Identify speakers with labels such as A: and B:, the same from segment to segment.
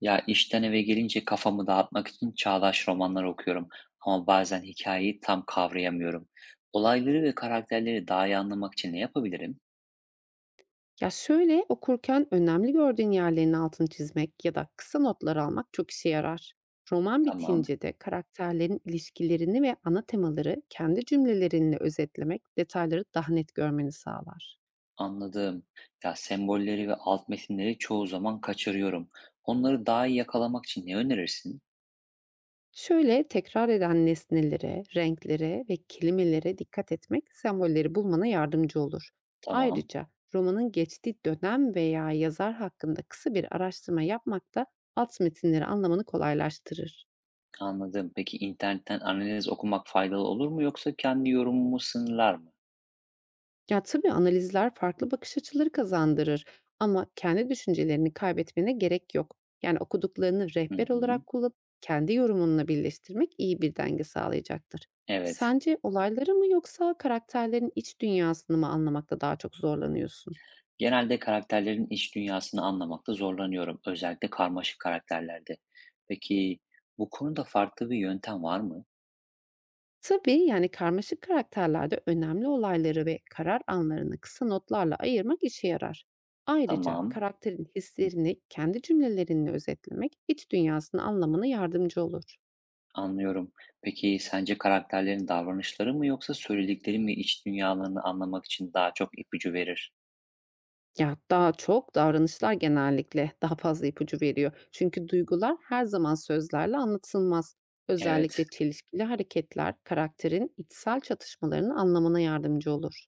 A: Ya işten eve gelince kafamı dağıtmak için çağdaş romanlar okuyorum ama bazen hikayeyi tam kavrayamıyorum. Olayları ve karakterleri daha iyi anlamak için ne yapabilirim?
B: Ya, şöyle, okurken önemli gördüğün yerlerin altını çizmek ya da kısa notlar almak çok işe yarar. Roman
A: Tamam,
B: bitince de karakterlerin ilişkilerini ve ana temaları kendi cümlelerinle özetlemek detayları daha net görmeni sağlar.
A: anladım. Ya sembolleri ve alt metinleri çoğu zaman kaçırıyorum. Onları daha iyi yakalamak için ne önerirsin?
B: Şöyle tekrar eden nesnelere, renklere ve kelimelere dikkat etmek sembolleri bulmana yardımcı olur.
A: Tamam,
B: Ayrıca romanın geçtiği dönem veya yazar hakkında kısa bir araştırma yapmak da alt metinleri anlamanı kolaylaştırır.
A: anladım. Peki internetten analiz okumak faydalı olur mu yoksa kendi yorumumu sınırlar mı?
B: Ya tabii analizler farklı bakış açıları kazandırır ama kendi düşüncelerini kaybetmene gerek yok. Yani okuduklarını
A: Hı
B: rehber
A: hı,
B: olarak kullanıp kendi yorumunla birleştirmek iyi bir denge sağlayacaktır.
A: evet.
B: Sence olayları mı yoksa karakterlerin iç dünyasını mı anlamakta daha çok zorlanıyorsun?
A: Genelde karakterlerin iç dünyasını anlamakta zorlanıyorum, özellikle karmaşık karakterlerde. Peki bu konuda farklı bir yöntem var mı?
B: Tabii yani karmaşık karakterlerde önemli olayları ve karar anlarını kısa notlarla ayırmak işe yarar. Ayrıca
A: Tamam,
B: karakterin hislerini kendi cümlelerinle özetlemek iç dünyasını anlamana yardımcı olur.
A: anlıyorum. Peki sence karakterlerin davranışları mı yoksa söyledikleri mi iç dünyalarını anlamak için daha çok ipucu verir?
B: Ya, daha çok davranışlar genellikle daha fazla ipucu veriyor. Çünkü duygular her zaman sözlerle anlatılmaz. Özellikle
A: Evet,
B: çelişkili hareketler karakterin içsel çatışmalarını anlamana yardımcı olur.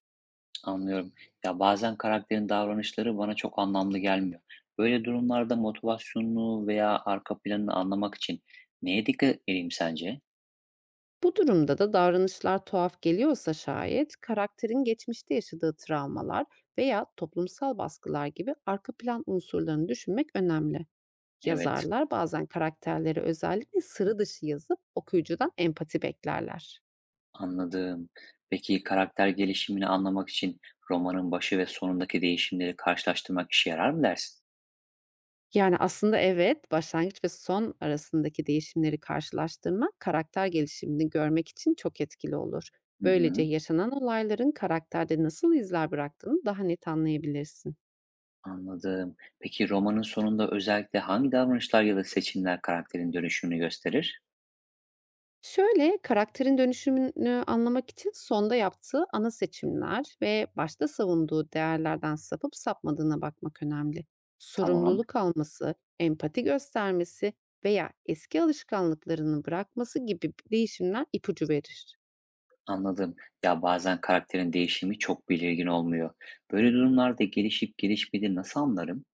A: anlıyorum. Ya bazen karakterin davranışları bana çok anlamlı gelmiyor. Böyle durumlarda motivasyonunu veya arka planını anlamak için neye dikkat edeyim sence?
B: Bu durumda da davranışlar tuhaf geliyorsa şayet karakterin geçmişte yaşadığı travmalar veya toplumsal baskılar gibi arka plan unsurlarını düşünmek önemli.
A: Evet.
B: Yazarlar bazen karakterlere özellikle sıra dışı yazıp okuyucudan empati beklerler.
A: Anladım. Peki karakter gelişimini anlamak için romanın başı ve sonundaki değişimleri karşılaştırmak işe yarar mı dersin?
B: Yani, aslında evet, başlangıç ve son arasındaki değişimleri karşılaştırmak karakter gelişimini görmek için çok etkili olur.
A: Hı
B: Böylece
A: hı,
B: yaşanan olayların karakterde nasıl izler bıraktığını daha net anlayabilirsin.
A: anladım. Peki romanın sonunda özellikle hangi davranışlar ya da seçimler karakterin dönüşümünü gösterir?
B: Şöyle, karakterin dönüşümünü anlamak için sonda yaptığı ana seçimler ve başta savunduğu değerlerden sapıp sapmadığına bakmak önemli.
A: Tamam,
B: Sorumluluk alması, empati göstermesi veya eski alışkanlıklarını bırakması gibi değişimler ipucu verir.
A: anladım. Ya bazen karakterin değişimi çok belirgin olmuyor. Böyle durumlarda gelişip gelişmediğini nasıl anlarım?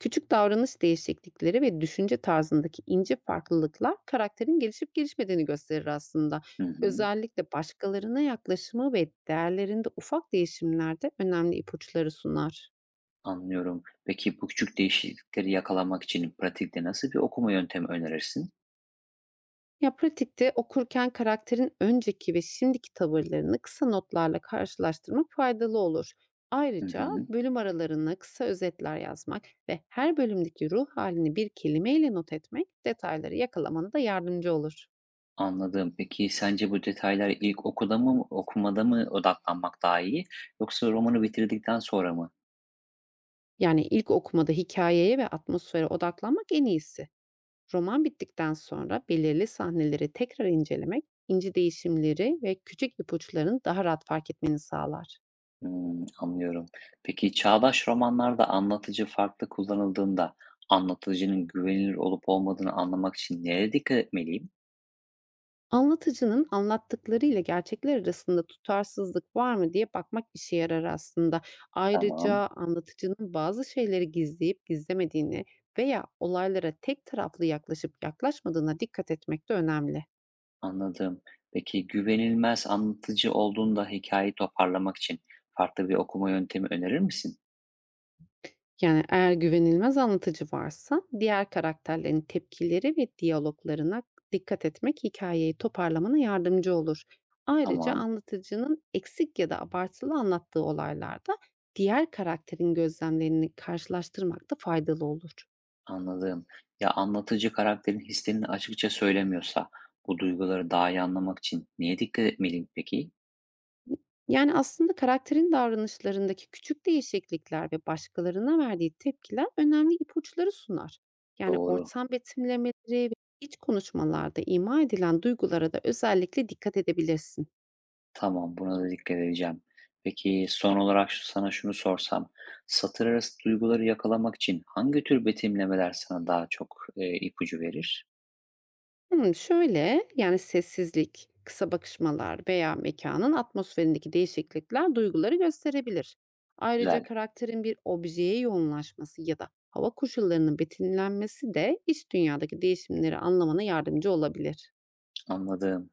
B: Küçük davranış değişiklikleri ve düşünce tarzındaki ince farklılıklar karakterin gelişip gelişmediğini gösterir aslında.
A: Hı hı,
B: Özellikle başkalarına yaklaşımı ve değerlerinde ufak değişimlerde önemli ipuçları sunar.
A: anlıyorum. Peki bu küçük değişiklikleri yakalamak için pratikte nasıl bir okuma yöntemi önerirsin?
B: Ya pratikte okurken karakterin önceki ve şimdiki tavırlarını kısa notlarla karşılaştırmak faydalı olur.
A: Hı
B: Ayrıca
A: hı.
B: bölüm aralarına kısa özetler yazmak ve her bölümdeki ruh halini bir kelimeyle not etmek detayları yakalamana da yardımcı olur.
A: Anladım. Peki sence bu detaylar ilk okuda mı okumada mı odaklanmak daha iyi yoksa romanı bitirdikten sonra mı?
B: Yani ilk okumada hikayeye ve atmosfere odaklanmak en iyisi. Roman bittikten sonra belirli sahneleri tekrar incelemek, ince değişimleri ve küçük ipuçlarını daha rahat fark etmeni sağlar.
A: Hımm, anlıyorum. Peki çağdaş romanlarda anlatıcı farklı kullanıldığında anlatıcının güvenilir olup olmadığını anlamak için nereye dikkat etmeliyim?
B: Anlatıcının anlattıklarıyla gerçekler arasında tutarsızlık var mı diye bakmak işe yarar aslında. Ayrıca
A: Tamam,
B: anlatıcının bazı şeyleri gizleyip gizlemediğini veya olaylara tek taraflı yaklaşıp yaklaşmadığına dikkat etmek de önemli.
A: anladım. Peki güvenilmez anlatıcı olduğunda hikayeyi toparlamak için farklı bir okuma yöntemi önerir misin?
B: Yani eğer güvenilmez anlatıcı varsa diğer karakterlerin tepkileri ve diyaloglarına dikkat etmek hikayeyi toparlamana yardımcı olur. Ayrıca
A: Tamam.
B: anlatıcının eksik ya da abartılı anlattığı olaylarda diğer karakterin gözlemlerini karşılaştırmak da faydalı olur.
A: Anladım. Ya anlatıcı karakterin hislerini açıkça söylemiyorsa bu duyguları daha iyi anlamak için neye dikkat etmeliyim peki?
B: Yani, aslında karakterin davranışlarındaki küçük değişiklikler ve başkalarına verdiği tepkiler önemli ipuçları sunar. Yani,
A: Doğru.
B: ortam betimlemeleri ve iç konuşmalarda ima edilen duygulara da özellikle dikkat edebilirsin.
A: Tamam, buna da dikkat edeceğim. Peki son olarak sana şunu sorsam, satır arası duyguları yakalamak için hangi tür betimlemeler sana daha çok ipucu verir?
B: Hımm, şöyle, yani, sessizlik, kısa bakışmalar veya mekanın atmosferindeki değişiklikler duyguları gösterebilir. Ayrıca
A: Güzel,
B: karakterin bir objeye yoğunlaşması ya da hava koşullarının betimlenmesi de iç dünyadaki değişimleri anlamana yardımcı olabilir.
A: anladım.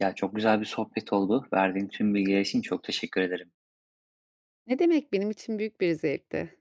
A: Ya çok güzel bir sohbet oldu. Verdiğin tüm bilgiler için çok teşekkür ederim.
B: Ne demek, benim için büyük bir zevkti.